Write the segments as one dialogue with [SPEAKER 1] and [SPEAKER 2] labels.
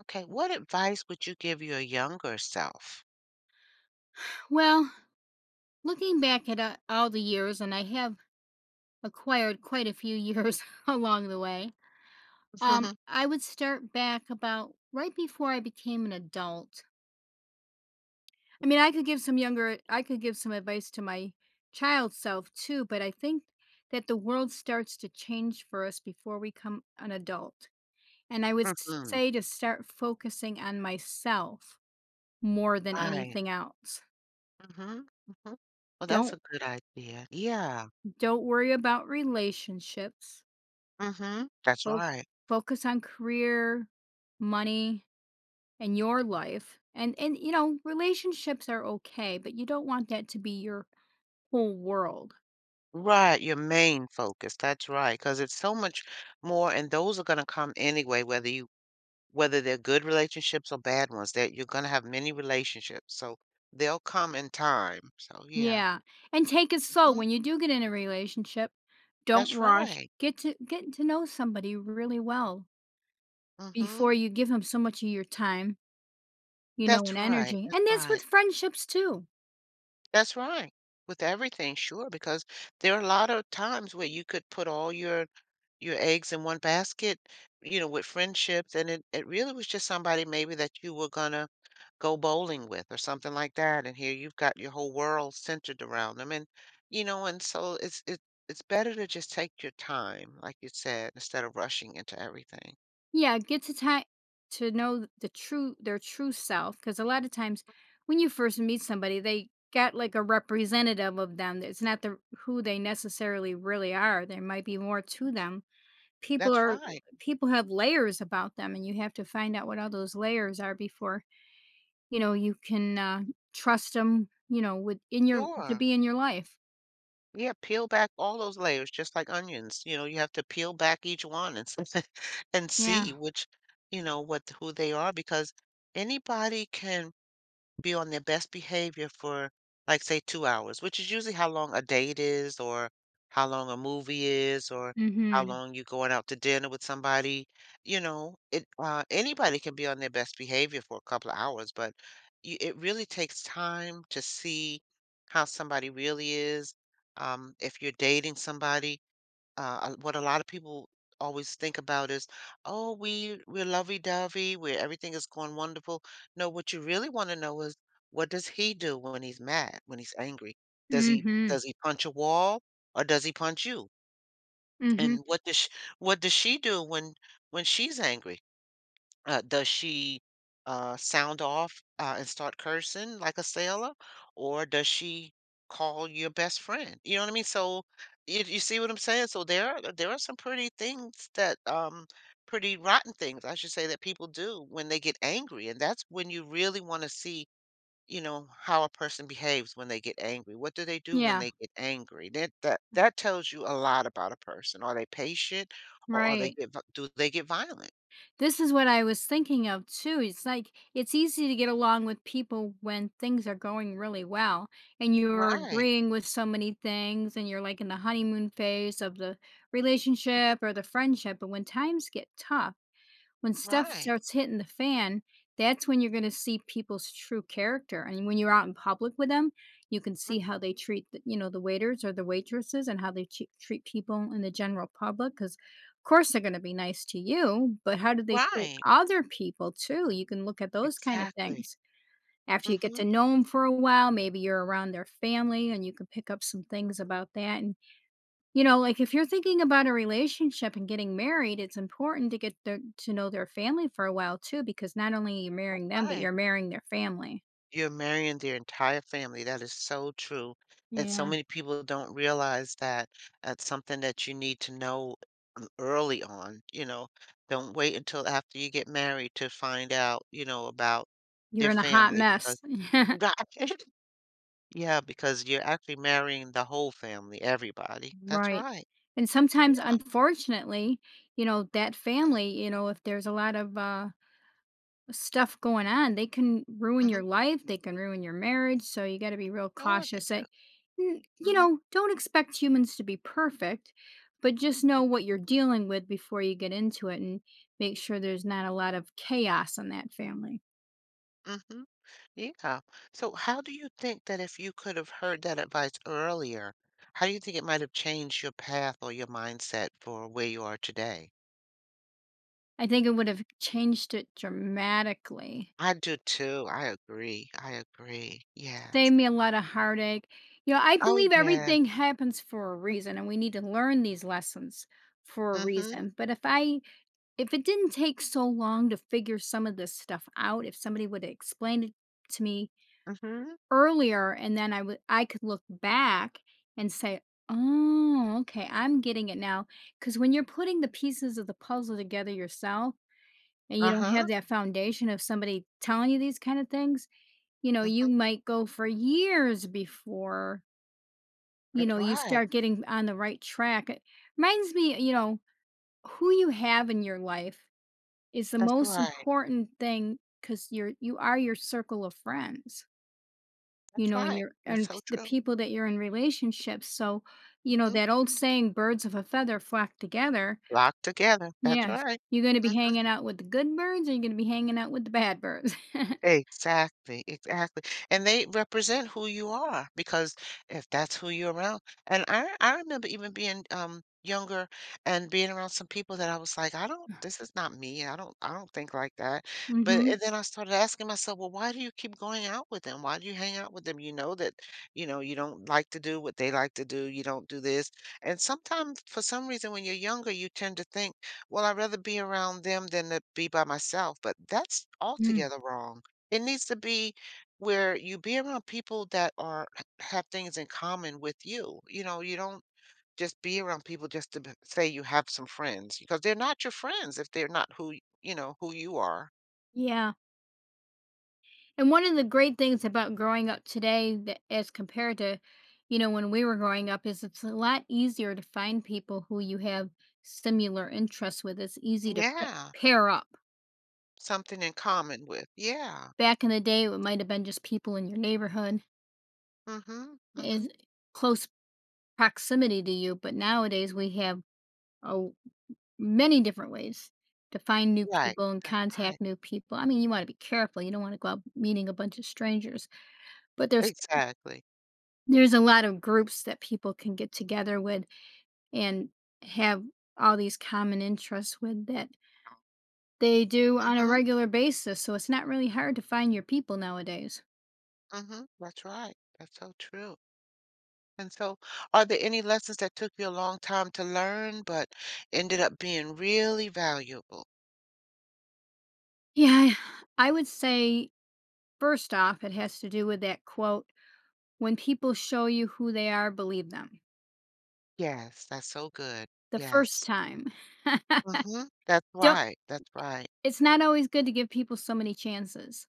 [SPEAKER 1] Okay, what advice would you give your younger self?
[SPEAKER 2] Well, looking back at all the years, and I have acquired quite a few years along the way, I would start back about right before I became an adult. I mean, I could give some advice to my child self too, but I think that the world starts to change for us before we come an adult. And I would
[SPEAKER 1] Mhm.
[SPEAKER 2] say to start focusing on myself more than
[SPEAKER 1] Right.
[SPEAKER 2] anything else.
[SPEAKER 1] Mhm, mhm. Well, that's
[SPEAKER 2] Don't
[SPEAKER 1] a good idea. Yeah.
[SPEAKER 2] don't worry about relationships.
[SPEAKER 1] Mhm. That's
[SPEAKER 2] Fo
[SPEAKER 1] right.
[SPEAKER 2] Focus on career, money, and your life. And you know, relationships are okay, but you don't want that to be your whole world.
[SPEAKER 1] Right, your main focus, that's right. Because it's so much more and those are gonna come anyway, whether they're good relationships or bad ones, that you're gonna have many relationships, so they'll come in time. So, yeah.
[SPEAKER 2] Yeah, and take it slow
[SPEAKER 1] Mhm.
[SPEAKER 2] when you do get in a relationship. Don't
[SPEAKER 1] That's
[SPEAKER 2] rush.
[SPEAKER 1] right.
[SPEAKER 2] Get to know somebody really well
[SPEAKER 1] Mhm.
[SPEAKER 2] before you give 'em so much of your time, you know,
[SPEAKER 1] That's
[SPEAKER 2] and
[SPEAKER 1] right,
[SPEAKER 2] energy,
[SPEAKER 1] that's
[SPEAKER 2] and that's
[SPEAKER 1] right.
[SPEAKER 2] with friendships too.
[SPEAKER 1] That's right. With everything, sure, because there are a lot of times where you could put all your eggs in one basket, you know, with friendships, and it really was just somebody maybe that you were gonna go bowling with or something like that. And here you've got your whole world centered around them. And you know, and so it's better to just take your time, like you said, instead of rushing into everything.
[SPEAKER 2] Yeah, get to ti to know the true their true self. Because a lot of times when you first meet somebody, they got like a representative of them. It's not the who they necessarily really are. There might be more to them. People
[SPEAKER 1] That's
[SPEAKER 2] are
[SPEAKER 1] right.
[SPEAKER 2] people have layers about them, and you have to find out what all those layers are before, you know, you can, trust them. You know, with in your to
[SPEAKER 1] Sure.
[SPEAKER 2] be in your life.
[SPEAKER 1] Yeah, peel back all those layers just like onions, you know, you have to peel back each one and s and see
[SPEAKER 2] Yeah.
[SPEAKER 1] which you know, what who they are because anybody can be on their best behavior for, like, say, 2 hours, which is usually how long a date is or how long a movie is or how
[SPEAKER 2] Mhm.
[SPEAKER 1] long you're going out to dinner with somebody. You know, it anybody can be on their best behavior for a couple of hours, but you it really takes time to see how somebody really is. If you're dating somebody, what a lot of people always think about is, oh, we're lovey-dovey, where everything is going wonderful. No, what you really want to know is what does he do when he's mad, when he's angry?
[SPEAKER 2] Mhm.
[SPEAKER 1] Does he punch a wall or does he punch you?
[SPEAKER 2] Mhm.
[SPEAKER 1] And what does she do when she's angry? Does she sound off and start cursing like a sailor, or does she call your best friend? You know what I mean? So you see what I'm saying? So there are some pretty rotten things I should say that people do when they get angry, and that's when you really want to see you know how a person behaves when they get angry. What do they do when
[SPEAKER 2] Yeah,
[SPEAKER 1] they get angry? That tells you a lot about a person. Are they patient, or are
[SPEAKER 2] right.
[SPEAKER 1] do they get violent?
[SPEAKER 2] This is what I was thinking of too. It's like it's easy to get along with people when things are going really well and you're
[SPEAKER 1] Right.
[SPEAKER 2] agreeing with so many things and you're like in the honeymoon phase of the relationship or the friendship. But when times get tough, when stuff
[SPEAKER 1] Right.
[SPEAKER 2] starts hitting the fan, that's when you're gonna see people's true character, and when you're out in public with them, you can
[SPEAKER 1] Mm,
[SPEAKER 2] see how they treat the you know, the waiters or the waitresses and how they chea treat people in the general public. Because of course, they're gonna be nice to you, but how do they treat
[SPEAKER 1] right.
[SPEAKER 2] other people too? You can look at those kind of
[SPEAKER 1] Exactly.
[SPEAKER 2] things. After you get
[SPEAKER 1] Mm-hmm.
[SPEAKER 2] to know them for a while, maybe you're around their family and you can pick up some things
[SPEAKER 1] Hmm.
[SPEAKER 2] about that. And you know, like if you're thinking about a relationship and getting married, it's important to to know their family for a while too, because not only are you marrying them, but
[SPEAKER 1] Right.
[SPEAKER 2] you're marrying their family.
[SPEAKER 1] You're marrying their entire family. That is so true. And so
[SPEAKER 2] Yeah.
[SPEAKER 1] many people don't realize that that's something that you need to know, early on. You know, don't wait until after you get married to find out, you know, about
[SPEAKER 2] You're
[SPEAKER 1] their
[SPEAKER 2] in a hot
[SPEAKER 1] family because,
[SPEAKER 2] mess.
[SPEAKER 1] yeah, because you're actually marrying the whole family, everybody. That's
[SPEAKER 2] Right.
[SPEAKER 1] right.
[SPEAKER 2] And sometimes,
[SPEAKER 1] Yeah.
[SPEAKER 2] unfortunately, you know, that family, you know, if there's a lot of stuff going on. They can ruin
[SPEAKER 1] Mm-hmm.
[SPEAKER 2] your life, they can ruin your marriage, so you got to be real
[SPEAKER 1] Sure they
[SPEAKER 2] cautious.
[SPEAKER 1] do.
[SPEAKER 2] You
[SPEAKER 1] Mm-hmm.
[SPEAKER 2] know, don't expect humans to be perfect, but just know what you're dealing with before you get into it and make sure there's not a lot of chaos in that family.
[SPEAKER 1] Mm-hmm. Yeah. So how do you think that if you could have heard that advice earlier, how do you think it might have changed your path or your mindset for where you are today?
[SPEAKER 2] I think it would have changed it dramatically.
[SPEAKER 1] I do too. I agree. I agree. Yes.
[SPEAKER 2] Saved me a lot of heartache. You know, I
[SPEAKER 1] Oh,
[SPEAKER 2] believe
[SPEAKER 1] yes.
[SPEAKER 2] everything happens for a reason and we need to learn these lessons for a
[SPEAKER 1] Mm-hmm.
[SPEAKER 2] reason. But if I If it didn't take so long to figure some of this stuff out, if somebody would have explained it to me
[SPEAKER 1] Mm-hmm.
[SPEAKER 2] earlier, and then I could look back and say, "Oh, okay, I'm getting it now." Because when you're putting the pieces of the puzzle together yourself and you don't have
[SPEAKER 1] Uh-huh.
[SPEAKER 2] that foundation of somebody telling you these kind of things, you know, you
[SPEAKER 1] Mm-hmm.
[SPEAKER 2] might go for years before, you
[SPEAKER 1] That's
[SPEAKER 2] know, you
[SPEAKER 1] right.
[SPEAKER 2] start getting on the right track. It reminds me, you know, who you have in your life is the
[SPEAKER 1] That's
[SPEAKER 2] most
[SPEAKER 1] right.
[SPEAKER 2] important thing because 'cause you are your circle of friends, you
[SPEAKER 1] That's
[SPEAKER 2] know, and
[SPEAKER 1] right.
[SPEAKER 2] you're
[SPEAKER 1] That's
[SPEAKER 2] and p
[SPEAKER 1] so
[SPEAKER 2] the
[SPEAKER 1] true.
[SPEAKER 2] people that you're in relationships, so, you know,
[SPEAKER 1] Mm-hmm.
[SPEAKER 2] that old saying, "Birds of a feather flock together."
[SPEAKER 1] Locked together. That's
[SPEAKER 2] Yes,
[SPEAKER 1] right.
[SPEAKER 2] you're gonna be hanging out with the good birds, or you're gonna be hanging out with the bad birds.
[SPEAKER 1] Exactly, exactly, and they represent who you are because if that's who you're around, and I remember even being, younger and being around some people that I was like, "I don't this is not me, I don't think like that," but
[SPEAKER 2] Mhm.
[SPEAKER 1] and then I started asking myself, "Well, why do you keep going out with them? Why do you hang out with them? You know that, you know, you don't like to do what they like to do, you don't do this," and sometimes, for some reason, when you're younger, you tend to think, "Well, I'd rather be around them than to be by myself," but that's
[SPEAKER 2] Mm.
[SPEAKER 1] altogether wrong. It needs to be where you be around people that are have things in common with you. You know, you don't just be around people just to say you have some friends because they're not your friends if they're not you know who you are.
[SPEAKER 2] Yeah. And one of the great things about growing up today that as compared to, you know, when we were growing up is it's a lot easier to find people who you have similar interests with. It's easy to
[SPEAKER 1] Yeah,
[SPEAKER 2] pair up.
[SPEAKER 1] something in common with. Yeah.
[SPEAKER 2] Back in the day, it might have been just people in your neighborhood,
[SPEAKER 1] Mm-hmm. Mm-hmm.
[SPEAKER 2] is close proximity to you, but nowadays we have, oh, many different ways to find new
[SPEAKER 1] Right.
[SPEAKER 2] people and
[SPEAKER 1] That's right.
[SPEAKER 2] contact new people. I mean, you want to be careful. You don't want to go out meeting a bunch of strangers, but
[SPEAKER 1] Exactly.
[SPEAKER 2] there's a lot of groups that people can get together with and have all these common interests with that they do on a
[SPEAKER 1] Mm-hmm.
[SPEAKER 2] regular basis. So it's not really hard to find your people nowadays.
[SPEAKER 1] Mm-hmm. That's right. That's so true. And so, are there any lessons that took you a long time to learn but ended up being really valuable?
[SPEAKER 2] Yeah, I would say, first off, it has to do with that quote, when people show you who they are, believe them
[SPEAKER 1] Yes, that's so good.
[SPEAKER 2] the first
[SPEAKER 1] Yes.
[SPEAKER 2] time.
[SPEAKER 1] Mhm. That's
[SPEAKER 2] Don't,
[SPEAKER 1] right, that's right.
[SPEAKER 2] it's not always good to give people so many chances.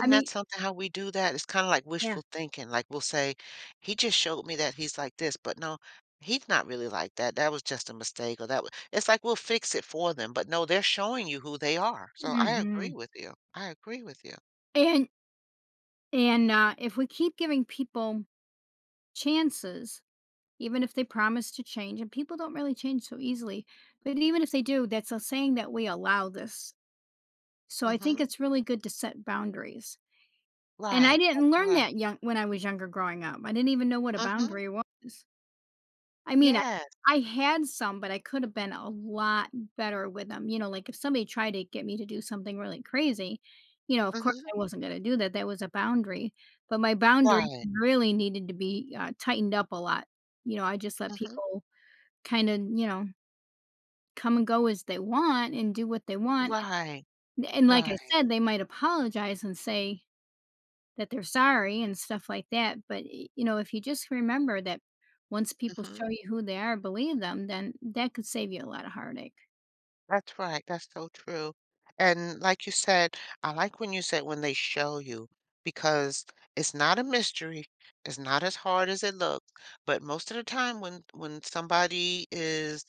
[SPEAKER 2] I
[SPEAKER 1] that
[SPEAKER 2] mean,
[SPEAKER 1] something how we do that? It's kinda like
[SPEAKER 2] yeah.
[SPEAKER 1] wishful thinking, like, we'll say, "He just showed me that he's like this, but no, he's not really like that. That was just a mistake," or that was. It's like we'll fix it for them, but no, they're showing you who they are. So I
[SPEAKER 2] Hmm.
[SPEAKER 1] agree with you. I agree with you.
[SPEAKER 2] And, and if we keep giving people chances, even if they promise to change, and people don't really change so easily. But even if they do, that's a saying that we allow this. So I think
[SPEAKER 1] Mhm.
[SPEAKER 2] it's really good to set boundaries. And I
[SPEAKER 1] Right, that's
[SPEAKER 2] didn't learn
[SPEAKER 1] right.
[SPEAKER 2] that young when I was younger growing up. I didn't even know what a
[SPEAKER 1] Mhm.
[SPEAKER 2] boundary was. I mean,
[SPEAKER 1] Yes.
[SPEAKER 2] I had some, but I could have been a lot better with them. You know, like if somebody tried to get me to do something really crazy, you know, of course
[SPEAKER 1] Mhm.
[SPEAKER 2] I wasn't going to do that. That was a boundary. But my boundary
[SPEAKER 1] Right.
[SPEAKER 2] really needed to be tightened up a lot. You know, I just let
[SPEAKER 1] Mhm.
[SPEAKER 2] people kind of, you know, come and go as they want and do what they want.
[SPEAKER 1] Right.
[SPEAKER 2] And like I
[SPEAKER 1] Right.
[SPEAKER 2] said, they might apologize and say that they're sorry and stuff like that. But, you know, if you just remember that once people
[SPEAKER 1] Mhm.
[SPEAKER 2] show you who they are, believe them, then that could save you a lot of heartache.
[SPEAKER 1] That's right, that's so true. And like you said, I like when you said when they show you, because it's not a mystery, it's not as hard as it looks. But most of the time when somebody is,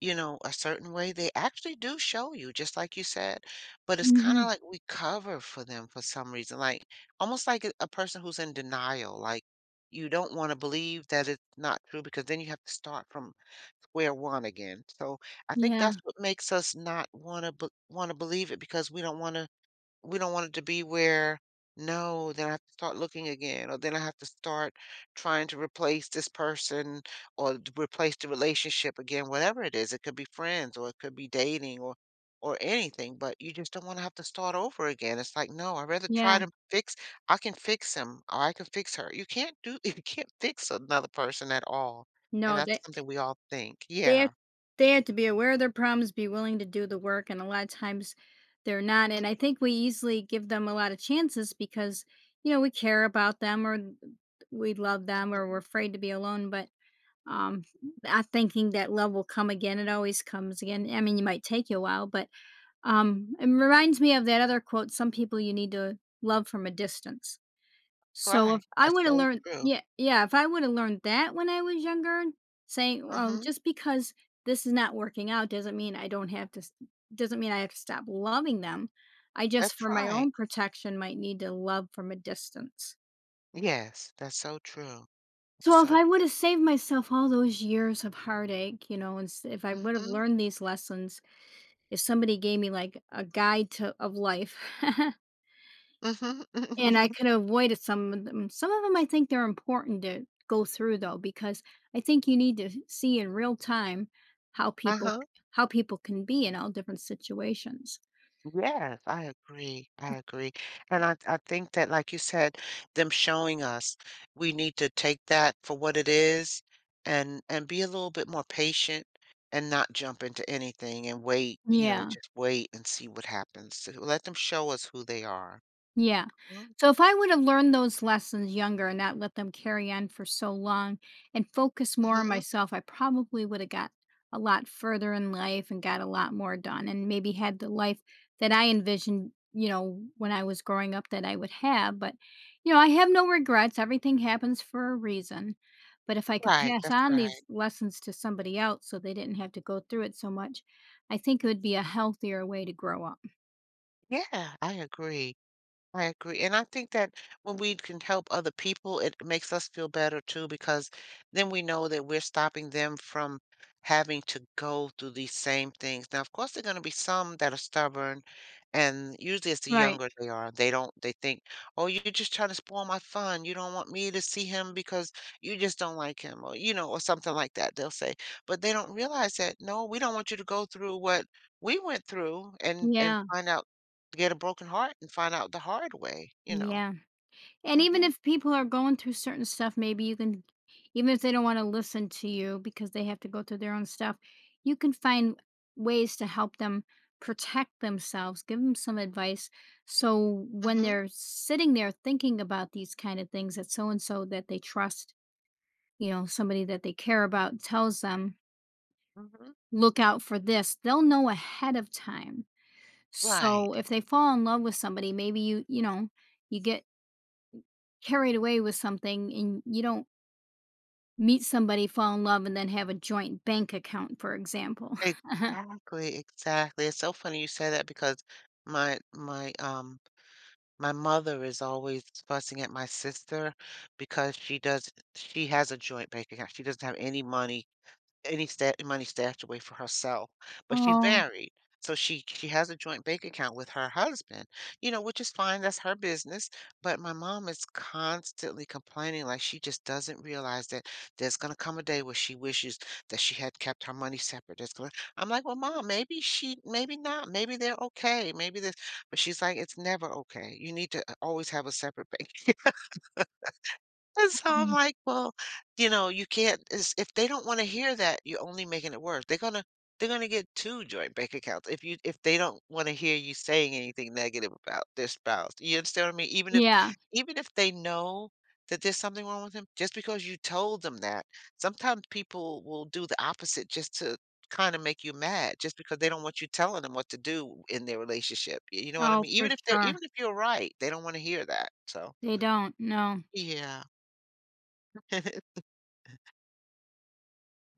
[SPEAKER 1] you know, a certain way, they actually do show you, just like you said. But it's kind
[SPEAKER 2] Hmm.
[SPEAKER 1] of like we cover for them for some reason, like almost like a person who's in denial, like you don't want to believe that it's not true because then you have to start from square one again. So I think
[SPEAKER 2] Yeah.
[SPEAKER 1] that's what makes us not want to want to believe it because we don't want to we don't want it to be where, no, then I have to start looking again, or then I have to start trying to replace this person or to replace the relationship again, whatever it is. It could be friends or it could be dating or anything, but you just don't want to have to start over again. It's like, no, I'd rather try
[SPEAKER 2] Yeah.
[SPEAKER 1] to fix I can fix him or I can fix her. You can't do you can't fix another person at all. And
[SPEAKER 2] No,
[SPEAKER 1] that's
[SPEAKER 2] that.
[SPEAKER 1] something we all think.
[SPEAKER 2] They have,
[SPEAKER 1] Yeah.
[SPEAKER 2] they have to be aware of their problems, be willing to do the work, and a lot of times they're not, and I think we easily give them a lot of chances because, you know, we care about them or th we love them or we're
[SPEAKER 1] Mhm.
[SPEAKER 2] afraid to be alone, but, um, not thinking that love will come again, it always comes again. I mean, it might take you a while, but, it reminds me of that other quote, "Some people you need to love from a distance." So if
[SPEAKER 1] Right.
[SPEAKER 2] I
[SPEAKER 1] That's
[SPEAKER 2] woulda
[SPEAKER 1] so
[SPEAKER 2] learned,
[SPEAKER 1] true.
[SPEAKER 2] yeah, yeah, if I woulda learned that when I was younger, saying, "Well,
[SPEAKER 1] Hmm.
[SPEAKER 2] just because this is not working out doesn't mean I have to stop loving them. I just,
[SPEAKER 1] That's
[SPEAKER 2] for my
[SPEAKER 1] right.
[SPEAKER 2] own protection, might need to love from a distance."
[SPEAKER 1] Yes, that's so true.
[SPEAKER 2] So if
[SPEAKER 1] So
[SPEAKER 2] I woulda saved myself all those years of heartache, you know, and s if I would've
[SPEAKER 1] mhm,
[SPEAKER 2] learned these lessons, if somebody gave me, like, a guide to of life.
[SPEAKER 1] mhm,
[SPEAKER 2] And I could have avoided some of them. Some of them I think they're important to go through though, because I think you need to see in real time how people
[SPEAKER 1] uh-huh.
[SPEAKER 2] how people can be in all different situations.
[SPEAKER 1] Yes, I agree, and I think that, like you said, them showing us, we need to take that for what it is and be a little bit more patient and not jump into anything and wait, you know,
[SPEAKER 2] Yeah.
[SPEAKER 1] just wait and see what happens. So let them show us who they are.
[SPEAKER 2] Yeah.
[SPEAKER 1] Mhm,
[SPEAKER 2] So if I would have learned those lessons younger and not let them carry on for so long and focus more on
[SPEAKER 1] mhm.
[SPEAKER 2] myself, I probably would have got a lot further in life and got a lot more done and maybe had the life that I envisioned, you know, when I was growing up that I would have. But, you know, I have no regrets. Everything happens for a reason. But if I could
[SPEAKER 1] Right,
[SPEAKER 2] pass
[SPEAKER 1] that's
[SPEAKER 2] on
[SPEAKER 1] right.
[SPEAKER 2] these lessons to somebody else so they didn't have to go through it so much, I think it would be a healthier way to grow up.
[SPEAKER 1] Yeah, I agree. I agree. And I think that when we can help other people, it makes us feel better too, because then we know that we're stopping them from having to go through these same things. Now, of course, there are going to be some that are stubborn, and usually it's the
[SPEAKER 2] Right.
[SPEAKER 1] younger they are. They don't, they think, oh, you're just trying to spoil my fun. You don't want me to see him because you just don't like him, or, you know, or something like that, they'll say. But they don't realize that, no, we don't want you to go through what we went through and
[SPEAKER 2] Yeah.
[SPEAKER 1] find out get a broken heart and find out the hard way, you know?
[SPEAKER 2] Yeah. And even
[SPEAKER 1] Mhm,
[SPEAKER 2] if people are going through certain stuff, maybe you can, even if they don't want to listen to you because they have to go through their own stuff, you can find ways to help them protect themselves, give them some advice. So when
[SPEAKER 1] mhm,
[SPEAKER 2] they're sitting there thinking about these kind of things, that so and so that they trust, you know, somebody that they care about tells them,
[SPEAKER 1] mhm.
[SPEAKER 2] look out for this, they'll know ahead of time.
[SPEAKER 1] Right.
[SPEAKER 2] So if they fall in love with somebody, maybe you, you know, you get carried away with something and you don't. Meet somebody, fall in love, and then have a joint bank account, for example.
[SPEAKER 1] Exactly, exactly. It's so funny you say that because my my, um my mother is always fussing at my sister because she has a joint bank account. She doesn't have any money, any stat money stashed away for herself, but she's
[SPEAKER 2] Oh,
[SPEAKER 1] married, so she has a joint bank account with her husband, you know, which is fine, that's her business, but my mom is constantly complaining like she just doesn't realize that there's gonna come a day where she wishes that she had kept her money separate. There's gonna I'm like, "Well, mom, maybe she maybe not. Maybe they're okay. Maybe this," but she's like, "It's never okay. You need to, always have a separate bank," and so I'm
[SPEAKER 2] um.
[SPEAKER 1] like, well, you know, you can't is if they don't want to hear that, you're only making it worse. They're gonna get two joint bank accounts if you if they don't want to hear you saying anything negative about their spouse. You understand what I mean?
[SPEAKER 2] Yeah.
[SPEAKER 1] Even if they know that there's something wrong with them, just because you told them that, sometimes people will do the opposite just to kind of make you mad, just because they don't want you telling them what to do in their relationship. You know what I
[SPEAKER 2] Oh,
[SPEAKER 1] mean?
[SPEAKER 2] for sure.
[SPEAKER 1] Even if you're right, they don't want to hear that. So
[SPEAKER 2] They don't, no.
[SPEAKER 1] yeah.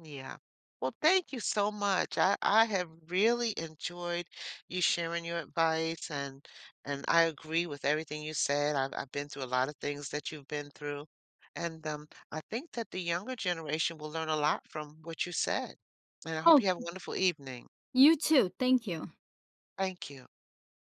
[SPEAKER 1] Yeah. Well, thank you so much. I have really enjoyed you sharing your advice and I agree with everything you said. I've been through a lot of things that you've been through. And I think that the younger generation will learn a lot from what you said. And I hope
[SPEAKER 2] Oh,
[SPEAKER 1] you have a wonderful evening.
[SPEAKER 2] you too, thank you.
[SPEAKER 1] Thank you.